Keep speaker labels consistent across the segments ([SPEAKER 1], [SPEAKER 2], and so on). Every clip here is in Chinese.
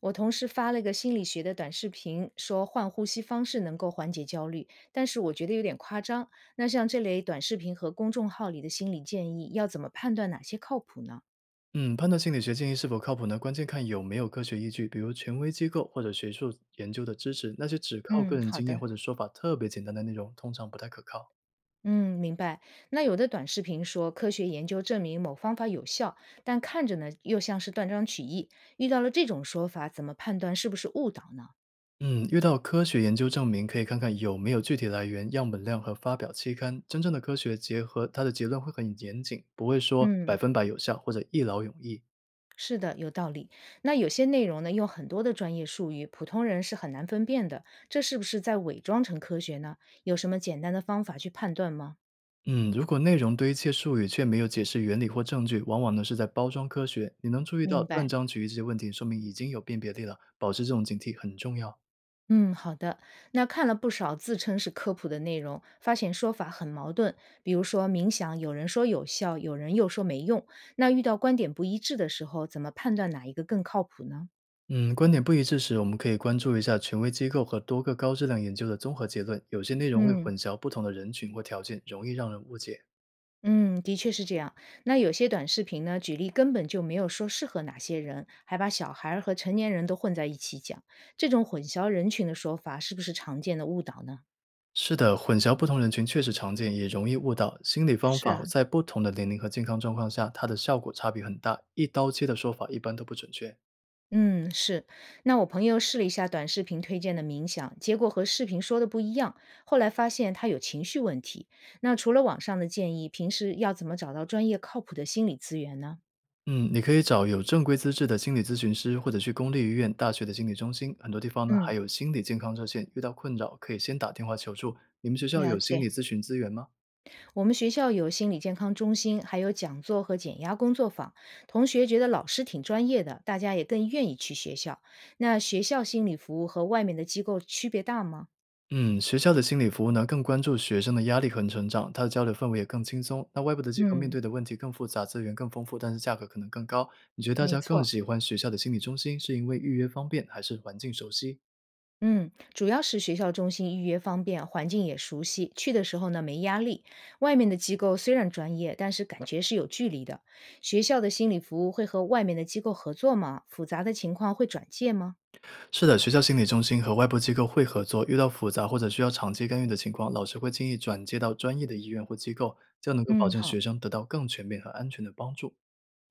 [SPEAKER 1] 我同事发了个心理学的短视频，说换呼吸方式能够缓解焦虑，但是我觉得有点夸张。那像这类短视频和公众号里的心理建议，要怎么判断哪些靠谱呢？
[SPEAKER 2] 嗯，判断心理学建议是否靠谱呢？关键看有没有科学依据，比如权威机构或者学术研究的支持。那些只靠个
[SPEAKER 1] 嗯，
[SPEAKER 2] 人
[SPEAKER 1] 好
[SPEAKER 2] 经验
[SPEAKER 1] 的。
[SPEAKER 2] 或者说法特别简单的内容，通常不太可靠。
[SPEAKER 1] 嗯，明白。那有的短视频说科学研究证明某方法有效，但看着呢又像是断章取义。遇到了这种说法，怎么判断是不是误导呢？
[SPEAKER 2] 嗯，遇到科学研究证明，可以看看有没有具体来源、样本量和发表期刊。真正的科学结合它的结论会很严谨，不会说百
[SPEAKER 1] 嗯，
[SPEAKER 2] 分百有效或者一劳永逸。
[SPEAKER 1] 是的，有道理。那有些内容呢，用很多的专业术语，普通人是很难分辨的。这是不是在伪装成科学呢？有什么简单的方法去判断吗？
[SPEAKER 2] 嗯，如果内容堆砌术语却没有解释原理或证据，往往呢是在包装科学。你能注意到
[SPEAKER 1] 明
[SPEAKER 2] 断
[SPEAKER 1] 白。
[SPEAKER 2] 章取义这些问题，说明已经有辨别力了。保持这种警惕很重要。
[SPEAKER 1] 嗯，好的。那看了不少自称是科普的内容，发现说法很矛盾。比如说冥想，有人说有效，有人又说没用。那遇到观点不一致的时候，怎么判断哪一个更靠谱呢？
[SPEAKER 2] 嗯，观点不一致时，我们可以关注一下权威机构和多个高质量研究的综合结论。有些内容会
[SPEAKER 1] 嗯。
[SPEAKER 2] 混淆不同的人群或条件，容易让人误解。
[SPEAKER 1] 嗯，的确是这样。那有些短视频呢，举例根本就没有说适合哪些人，还把小孩儿和成年人都混在一起讲，这种混淆人群的说法是不是常见的误导呢？
[SPEAKER 2] 是的，混淆不同人群确实常见，也容易误导。心理方
[SPEAKER 1] 是
[SPEAKER 2] 法
[SPEAKER 1] 啊，
[SPEAKER 2] 在不同的年龄和健康状况下，它的效果差别很大，一刀切的说法一般都不准确。
[SPEAKER 1] 嗯，是。那我朋友试了一下短视频推荐的冥想，结果和视频说的不一样，后来发现他有情绪问题。那除了网上的建议，平时要怎么找到专业靠谱的心理资源呢？
[SPEAKER 2] 嗯，你可以找有正规资质的心理咨询师，或者去公立医院、大学的心理中心。很多地方呢还
[SPEAKER 1] 嗯，
[SPEAKER 2] 有心理健康热线，遇到困扰可以先打电话求助。你们学校
[SPEAKER 1] 了
[SPEAKER 2] 有心
[SPEAKER 1] 解。
[SPEAKER 2] 理咨询资源吗？
[SPEAKER 1] 我们学校有心理健康中心，还有讲座和减压工作坊。同学觉得老师挺专业的，大家也更愿意去学校。那学校心理服务和外面的机构区别大吗？
[SPEAKER 2] 嗯，学校的心理服务呢，更关注学生的压力和成长，他的交流氛围也更轻松。那外部的机构面
[SPEAKER 1] 嗯，
[SPEAKER 2] 对的问题更复杂，资源更丰富，但是价格可能更高。你觉得大
[SPEAKER 1] 没
[SPEAKER 2] 家更
[SPEAKER 1] 错。
[SPEAKER 2] 喜欢学校的心理中心，是因为预约方便，还是环境熟悉？
[SPEAKER 1] 嗯，主要是学校中心预约方便，环境也熟悉，去的时候呢没压力。外面的机构虽然专业，但是感觉是有距离的。学校的心理服务会和外面的机构合作吗？复杂的情况会转介吗？
[SPEAKER 2] 是的，学校心理中心和外部机构会合作，遇到复杂或者需要长期干预的情况，老师会建议转接到专业的医院或机构，这样能够保
[SPEAKER 1] 嗯，
[SPEAKER 2] 证
[SPEAKER 1] 好。
[SPEAKER 2] 学生得到更全面和安全的帮助。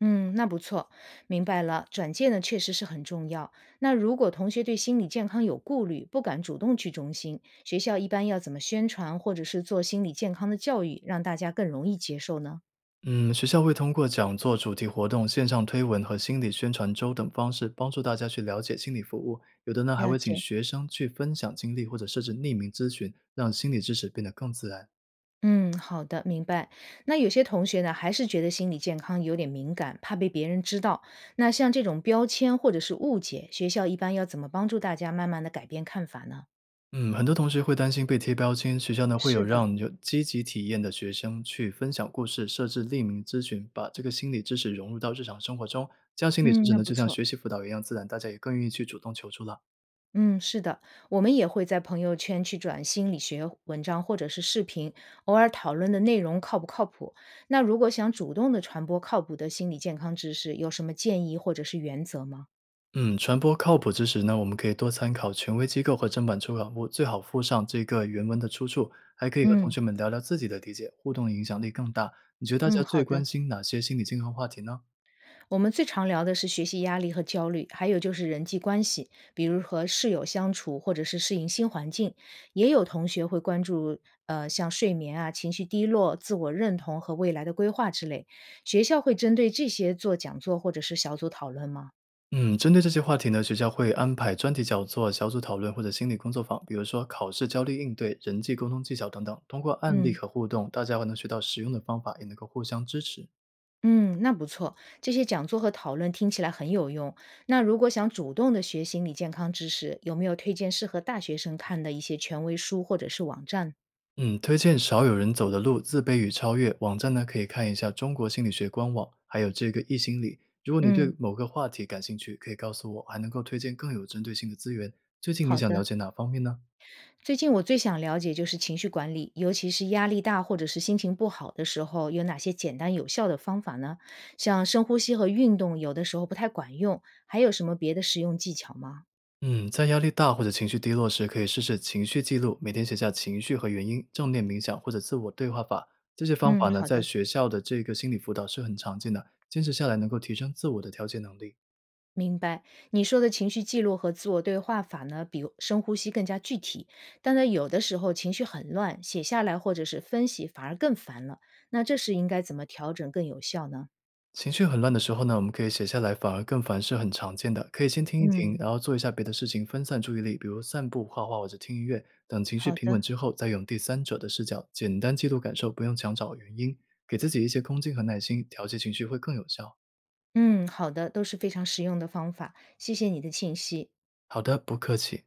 [SPEAKER 1] 嗯，那不错，明白了。转介呢，确实是很重要。那如果同学对心理健康有顾虑，不敢主动去中心，学校一般要怎么宣传，或者是做心理健康的教育，让大家更容易接受呢？
[SPEAKER 2] 嗯，学校会通过讲座、主题活动、线上推文和心理宣传周等方式，帮助大家去了解心理服务。有的呢，还
[SPEAKER 1] 了
[SPEAKER 2] 会请
[SPEAKER 1] 解，
[SPEAKER 2] 学生去分享经历，或者设置匿名咨询，让心理知识变得更自然。
[SPEAKER 1] 嗯，好的，明白。那有些同学呢，还是觉得心理健康有点敏感，怕被别人知道。那像这种标签或者是误解，学校一般要怎么帮助大家慢慢的改变看法呢？
[SPEAKER 2] 嗯，很多同学会担心被贴标签，学校呢会有
[SPEAKER 1] 是的，
[SPEAKER 2] 让有积极体验的学生去分享故事，设置匿名咨询，把这个心理知识融入到日常生活中。这样心理知
[SPEAKER 1] 嗯，
[SPEAKER 2] 识
[SPEAKER 1] 那
[SPEAKER 2] 呢，
[SPEAKER 1] 不
[SPEAKER 2] 就像
[SPEAKER 1] 错。
[SPEAKER 2] 学习辅导一样自然，大家也更愿意去主动求助了。
[SPEAKER 1] 嗯，是的，我们也会在朋友圈去转心理学文章或者是视频，偶尔讨论的内容靠不靠谱？那如果想主动的传播靠谱的心理健康知识，有什么建议或者是原则吗？
[SPEAKER 2] 嗯，传播靠谱知识呢，我们可以多参考权威机构和正版出版物，最好附上这个原文的出处，还可以和同
[SPEAKER 1] 嗯
[SPEAKER 2] 学们聊聊自己的理解，互动的影响力更大。你觉得大家
[SPEAKER 1] 嗯，
[SPEAKER 2] 最
[SPEAKER 1] 好
[SPEAKER 2] 关
[SPEAKER 1] 的。
[SPEAKER 2] 心哪些心理健康话题呢？
[SPEAKER 1] 我们最常聊的是学习压力和焦虑，还有就是人际关系，比如和室友相处，或者是适应新环境。也有同学会关注，像睡眠啊、情绪低落、自我认同和未来的规划之类。学校会针对这些做讲座或者是小组讨论吗？
[SPEAKER 2] 嗯，针对这些话题呢，学校会安排专题讲座、小组讨论或者心理工作坊，比如说考试焦虑应对、人际沟通技巧等等。通过案例
[SPEAKER 1] 嗯
[SPEAKER 2] 和互动，大家还能学到实用的方法，也能够互相支持。
[SPEAKER 1] 嗯，那不错，这些讲座和讨论听起来很有用。那如果想主动的学心理健康知识，有没有推荐适合大学生看的一些权威书或者是网站？
[SPEAKER 2] 嗯，推荐少有人走的路：自卑与超越。网站呢，可以看一下中国心理学官网，还有这个易心理。如果你
[SPEAKER 1] 嗯，
[SPEAKER 2] 对某个话题感兴趣，可以告诉我，还能够推荐更有针对性的资源。最近你
[SPEAKER 1] 好
[SPEAKER 2] 想了
[SPEAKER 1] 的。
[SPEAKER 2] 解哪方面呢？
[SPEAKER 1] 最近我最想了解就是情绪管理，尤其是压力大或者是心情不好的时候，有哪些简单有效的方法呢？像深呼吸和运动，有的时候不太管用，还有什么别的实用技巧吗？
[SPEAKER 2] 嗯，在压力大或者情绪低落时，可以试试情绪记录，每天写下情绪和原因，正念冥想或者自我对话法。这些方
[SPEAKER 1] 嗯，
[SPEAKER 2] 法呢，
[SPEAKER 1] 好
[SPEAKER 2] 在
[SPEAKER 1] 的，
[SPEAKER 2] 学校的这个心理辅导是很常见的，坚持下来能够提升自我的调节能力。
[SPEAKER 1] 明白。你说的情绪记录和自我对话法呢，比深呼吸更加具体，但呢，有的时候情绪很乱，写下来或者是分析反而更烦了。那这时应该怎么调整更有效呢？
[SPEAKER 2] 情绪很乱的时候呢，我们可以写下来，反而更烦是很常见的。可以先听一听，
[SPEAKER 1] 嗯，
[SPEAKER 2] 然后做一下别的事情，分散注意力，比如散步、画画或者听音乐。等情绪
[SPEAKER 1] 好
[SPEAKER 2] 平
[SPEAKER 1] 的，
[SPEAKER 2] 稳之后，再用第三者的视角简单记录感受，不用强找原因，给自己一些空间和耐心，调节情绪会更有效。
[SPEAKER 1] 嗯，好的，都是非常实用的方法，谢谢你的信息。
[SPEAKER 2] 好的，不客气。